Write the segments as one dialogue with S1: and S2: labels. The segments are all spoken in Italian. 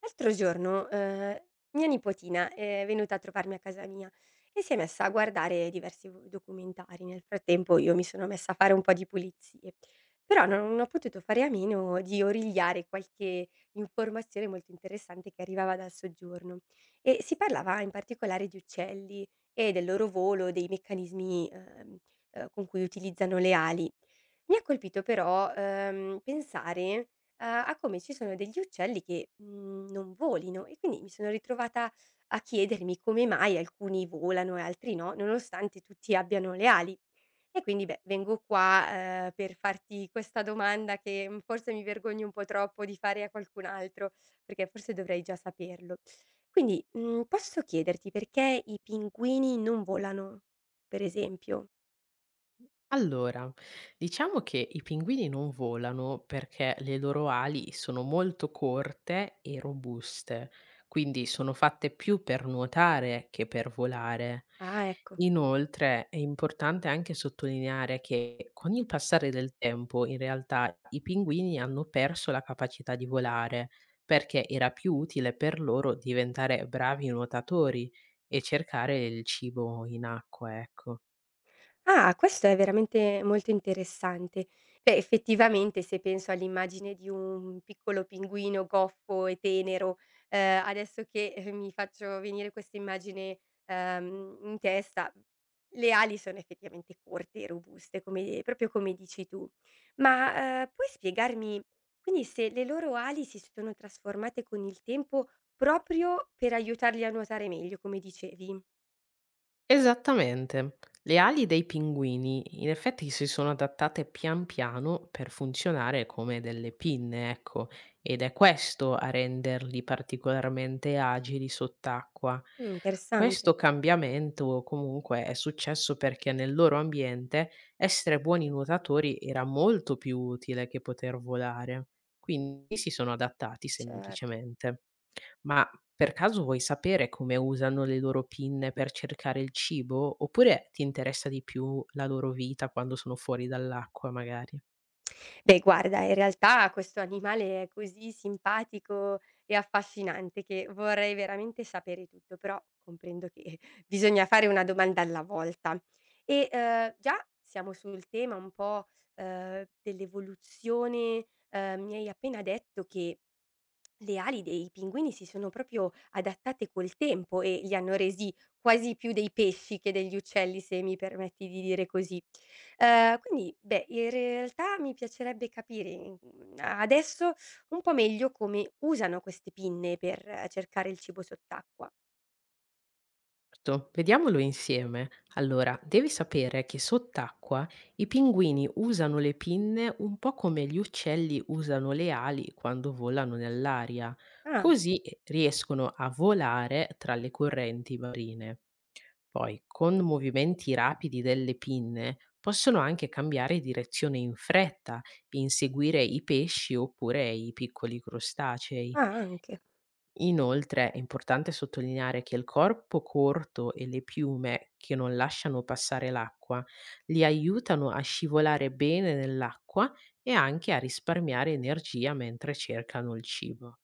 S1: L'altro giorno, mia nipotina è venuta a trovarmi a casa mia e si è messa a guardare diversi v documentari. Nel frattempo io mi sono messa a fare un po' di pulizie, però non ho potuto fare a meno di origliare qualche informazione molto interessante che arrivava dal soggiorno e si parlava in particolare di uccelli e del loro volo, dei meccanismi, con cui utilizzano le ali. Mi ha colpito però, pensare a come ci sono degli uccelli che, non volino e quindi mi sono ritrovata a chiedermi come mai alcuni volano e altri no, nonostante tutti abbiano le ali. E quindi beh, vengo qua, per farti questa domanda che, forse mi vergogno un po' troppo di fare a qualcun altro, perché forse dovrei già saperlo. Quindi, posso chiederti perché i pinguini non volano, per esempio?
S2: Allora, diciamo che i pinguini non volano perché le loro ali sono molto corte e robuste, quindi sono fatte più per nuotare che per volare.
S1: Ah, ecco.
S2: Inoltre è importante anche sottolineare che con il passare del tempo in realtà i pinguini hanno perso la capacità di volare perché era più utile per loro diventare bravi nuotatori e cercare il cibo in acqua, ecco.
S1: Ah, questo è veramente molto interessante. Beh, effettivamente se penso all'immagine di un piccolo pinguino goffo e tenero, adesso che mi faccio venire questa immagine, in testa, le ali sono effettivamente corte e robuste, come proprio come dici tu. Ma, puoi spiegarmi quindi se le loro ali si sono trasformate con il tempo proprio per aiutarli a nuotare meglio, come dicevi?
S2: Esattamente. Le ali dei pinguini in effetti si sono adattate pian piano per funzionare come delle pinne, ecco, ed è questo a renderli particolarmente agili sott'acqua.
S1: Interessante.
S2: Questo cambiamento comunque è successo perché nel loro ambiente essere buoni nuotatori era molto più utile che poter volare, quindi si sono adattati
S1: Cer
S2: semplicemente. Ma per caso vuoi sapere come usano le loro pinne per cercare il cibo? Oppure ti interessa di più la loro vita quando sono fuori dall'acqua, magari?
S1: Beh, guarda, in realtà questo animale è così simpatico e affascinante che vorrei veramente sapere tutto, però comprendo che bisogna fare una domanda alla volta. E già siamo sul tema un po' dell'evoluzione. Mi hai appena detto che le ali dei pinguini si sono proprio adattate col tempo e li hanno resi quasi più dei pesci che degli uccelli, se mi permetti di dire così. Quindi, beh, in realtà mi piacerebbe capire adesso un po' meglio come usano queste pinne per cercare il cibo sott'acqua.
S2: Certo, vediamolo insieme. Allora, devi sapere che sott'acqua i pinguini usano le pinne un po' come gli uccelli usano le ali quando volano nell'aria,
S1: Ah,
S2: così riescono a volare tra le correnti marine. Poi, con movimenti rapidi delle pinne, possono anche cambiare direzione in fretta e inseguire i pesci oppure i piccoli crostacei.
S1: ah, anche.
S2: Inoltre, è importante sottolineare che il corpo corto e le piume che non lasciano passare l'acqua li aiutano a scivolare bene nell'acqua e anche a risparmiare energia mentre cercano il cibo.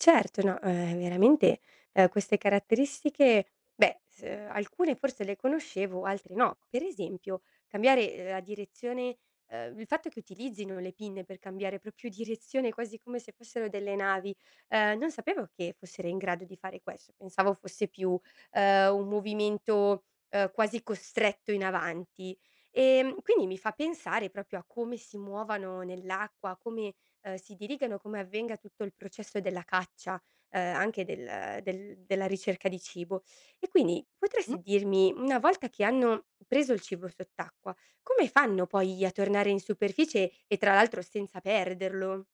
S1: Certo, no, veramente, queste caratteristiche, beh, s alcune forse le conoscevo, altre no. Per esempio, cambiare, la direzione il fatto che utilizzino le pinne per cambiare proprio direzione, quasi come se fossero delle navi, non sapevo che fossero in grado di fare questo. Pensavo fosse più, un movimento, quasi costretto in avanti. Quindi mi fa pensare proprio a come si muovano nell'acqua, come si dirigano, come avvenga tutto il processo della caccia, anche del del della ricerca di cibo. E quindi potresti dirmi, una volta che hanno preso il cibo sott'acqua, come fanno poi a tornare in superficie e tra l'altro senza perderlo?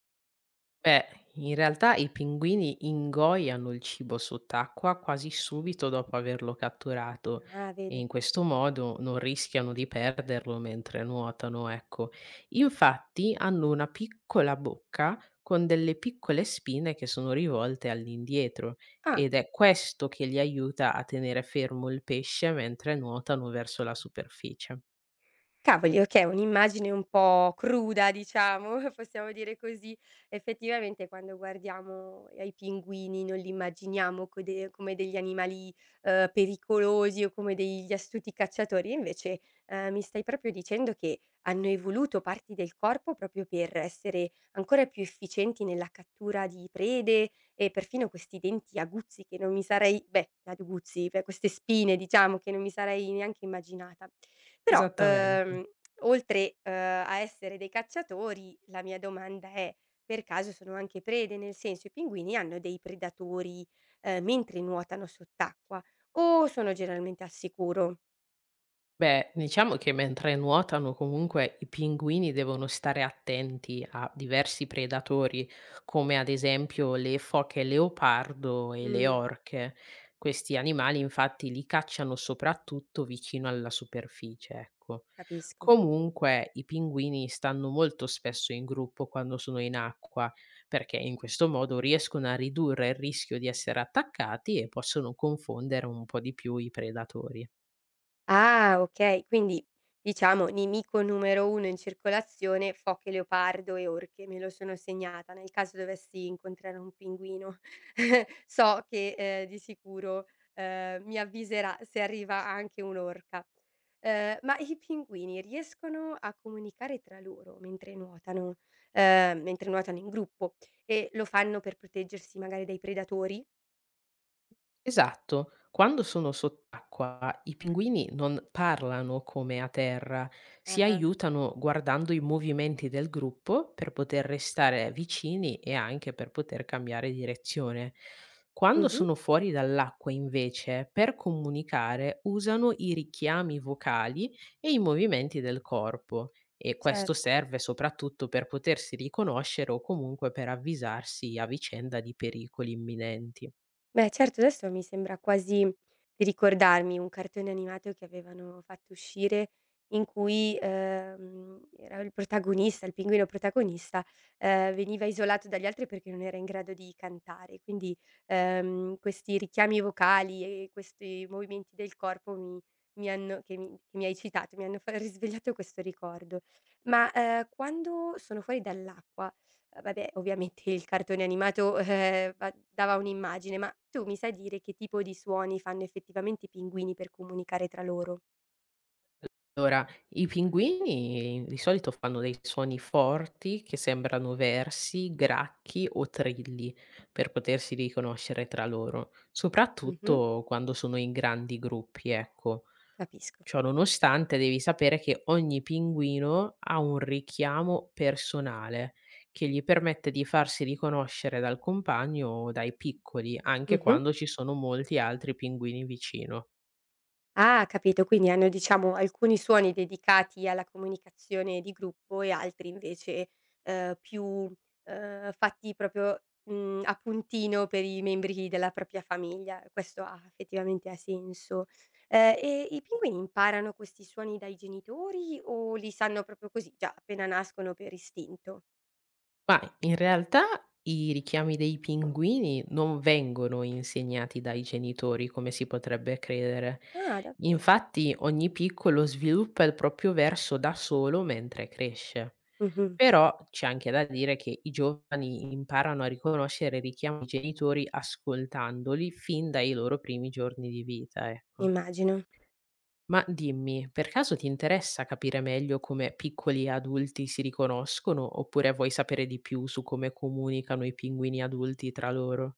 S2: Beh, in realtà i pinguini ingoiano il cibo sott'acqua quasi subito dopo averlo catturato
S1: Ah,
S2: e in
S1: vedi.
S2: questo modo non rischiano di perderlo mentre nuotano, ecco. Infatti hanno una piccola bocca con delle piccole spine che sono rivolte all'indietro
S1: Ah.
S2: ed è questo che li aiuta a tenere fermo il pesce mentre nuotano verso la superficie.
S1: Cavoli, okay, un'immagine un po' cruda diciamo, possiamo dire così. Effettivamente quando guardiamo ai pinguini non li immaginiamo co de come degli animali, pericolosi o come degli astuti cacciatori, invece, mi stai proprio dicendo che hanno evoluto parti del corpo proprio per essere ancora più efficienti nella cattura di prede e perfino questi denti aguzzi che non mi sarei beh, aguzzi, beh, queste spine diciamo che non mi sarei neanche immaginata. Però,
S2: Esattamente.
S1: oltre, a essere dei cacciatori, la mia domanda è: per caso sono anche prede? Nel senso, i pinguini hanno dei predatori, mentre nuotano sott'acqua o sono generalmente al sicuro?
S2: Beh, diciamo che mentre nuotano comunque i pinguini devono stare attenti a diversi predatori, come ad esempio le foche leopardo e le
S1: Mh,
S2: orche. Questi animali infatti li cacciano soprattutto vicino alla superficie, ecco.
S1: capisco.
S2: Comunque i pinguini stanno molto spesso in gruppo quando sono in acqua, perché in questo modo riescono a ridurre il rischio di essere attaccati e possono confondere un po' di più i predatori.
S1: Ah, okay. Quindi diciamo nemico numero 1 in circolazione, foche, leopardo e orche. Me lo sono segnata nel caso dovessi incontrare un pinguino. So che, di sicuro, mi avviserà se arriva anche un'orca. Ma i pinguini riescono a comunicare tra loro mentre nuotano in gruppo e lo fanno per proteggersi magari dai predatori?
S2: Esatto. Quando sono sott'acqua i pinguini non parlano come a terra, si
S1: Ah-ah.
S2: aiutano guardando i movimenti del gruppo per poter restare vicini e anche per poter cambiare direzione. Quando
S1: Mh-mh.
S2: sono fuori dall'acqua, invece, per comunicare usano i richiami vocali e i movimenti del corpo e questo
S1: Certo.
S2: serve soprattutto per potersi riconoscere o comunque per avvisarsi a vicenda di pericoli imminenti.
S1: Beh certo, adesso mi sembra quasi di ricordarmi un cartone animato che avevano fatto uscire in cui, era il protagonista, il pinguino protagonista, veniva isolato dagli altri perché non era in grado di cantare. Quindi, questi richiami vocali e questi movimenti del corpo mi mi hanno che mi hai citato, mi hanno fa risvegliato questo ricordo. Ma, quando sono fuori dall'acqua vabbè ovviamente il cartone animato, va dava un'immagine, ma tu mi sai dire che tipo di suoni fanno effettivamente i pinguini per comunicare tra loro?
S2: Allora, i pinguini di solito fanno dei suoni forti che sembrano versi, gracchi o trilli per potersi riconoscere tra loro,
S1: Mh-mh.
S2: soprattutto quando sono in grandi gruppi, ecco.
S1: Capisco.
S2: Ciò nonostante, devi sapere che ogni pinguino ha un richiamo personale che gli permette di farsi riconoscere dal compagno o dai piccoli, anche
S1: Mh-mh.
S2: quando ci sono molti altri pinguini vicino.
S1: Ah, capito, quindi hanno diciamo alcuni suoni dedicati alla comunicazione di gruppo e altri invece, più, fatti proprio, a puntino per i membri della propria famiglia. Questo ha effettivamente ha senso. E i pinguini imparano questi suoni dai genitori o li sanno proprio così, già appena nascono per istinto?
S2: Ma in realtà i richiami dei pinguini non vengono insegnati dai genitori come si potrebbe credere.
S1: Ah, davvero.
S2: Infatti ogni piccolo sviluppa il proprio verso da solo mentre cresce.
S1: Mh-mh,
S2: Però c'è anche da dire che i giovani imparano a riconoscere i richiami dei genitori ascoltandoli fin dai loro primi giorni di vita, ecco.
S1: immagino.
S2: Ma dimmi, per caso ti interessa capire meglio come piccoli adulti si riconoscono, oppure vuoi sapere di più su come comunicano i pinguini adulti tra loro?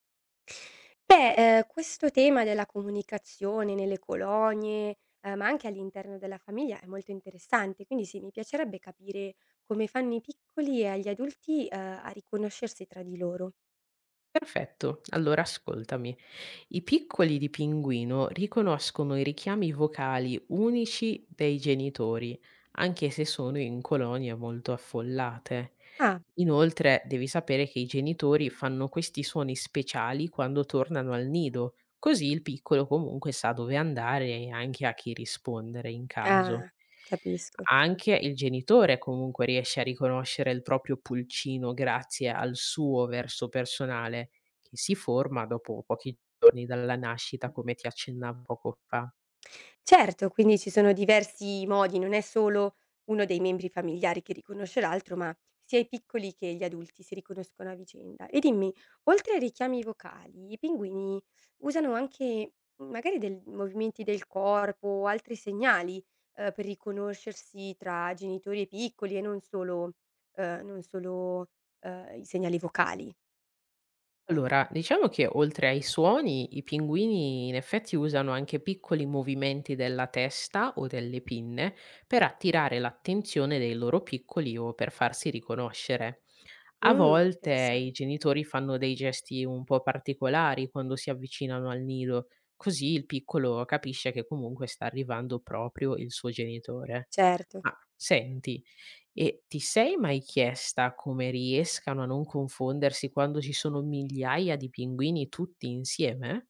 S1: Beh, questo tema della comunicazione nelle colonie, ma anche all'interno della famiglia è molto interessante, quindi sì, mi piacerebbe capire come fanno i piccoli e agli adulti, a riconoscersi tra di loro.
S2: Perfetto, allora ascoltami. I piccoli di pinguino riconoscono i richiami vocali unici dei genitori, anche se sono in colonie molto affollate.
S1: Ah,
S2: Inoltre devi sapere che i genitori fanno questi suoni speciali quando tornano al nido, così il piccolo comunque sa dove andare e anche a chi rispondere in caso.
S1: ah, capisco.
S2: Anche il genitore comunque riesce a riconoscere il proprio pulcino grazie al suo verso personale che si forma dopo pochi giorni dalla nascita, come ti accennavo poco fa.
S1: Certo, quindi ci sono diversi modi, non è solo uno dei membri familiari che riconosce l'altro, ma sia i piccoli che gli adulti si riconoscono a vicenda. E dimmi, oltre ai richiami vocali, i pinguini usano anche magari del movimenti del corpo o altri segnali, per riconoscersi tra genitori e piccoli e non solo, i segnali vocali.
S2: Allora, diciamo che oltre ai suoni, i pinguini in effetti usano anche piccoli movimenti della testa o delle pinne per attirare l'attenzione dei loro piccoli o per farsi riconoscere. A
S1: Mh,
S2: volte i
S1: interessante.
S2: genitori fanno dei gesti un po' particolari quando si avvicinano al nido, così il piccolo capisce che comunque sta arrivando proprio il suo genitore.
S1: Certo.
S2: Ma senti, e ti sei mai chiesta come riescano a non confondersi quando ci sono migliaia di pinguini tutti insieme?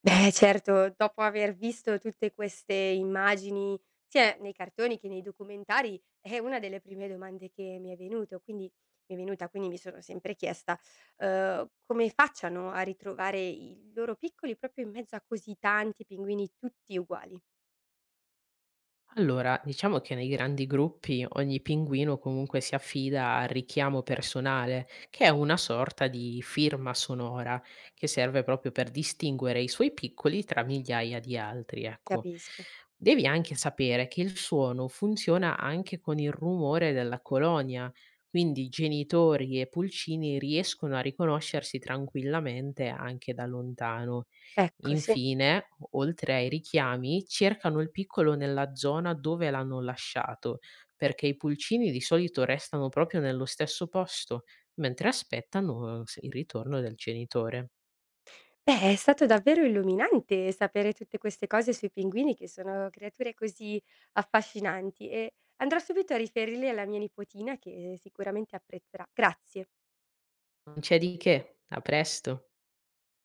S1: Beh, certo, dopo aver visto tutte queste immagini, sia nei cartoni che nei documentari, è una delle prime domande che mi è venuta, quindi mi sono sempre chiesta, come facciano a ritrovare i loro piccoli proprio in mezzo a così tanti pinguini tutti uguali.
S2: Allora, diciamo che nei grandi gruppi ogni pinguino comunque si affida al richiamo personale, che è una sorta di firma sonora che serve proprio per distinguere i suoi piccoli tra migliaia di altri, ecco.
S1: Capisco.
S2: Devi anche sapere che il suono funziona anche con il rumore della colonia, quindi genitori e pulcini riescono a riconoscersi tranquillamente anche da lontano.
S1: Ecco, sì.
S2: Infine, oltre ai richiami, cercano il piccolo nella zona dove l'hanno lasciato, perché i pulcini di solito restano proprio nello stesso posto, mentre aspettano il ritorno del genitore.
S1: Beh, è stato davvero illuminante sapere tutte queste cose sui pinguini che sono creature così affascinanti e andrò subito a riferirle alla mia nipotina che sicuramente apprezzerà. Grazie.
S2: Non c'è di che, a presto!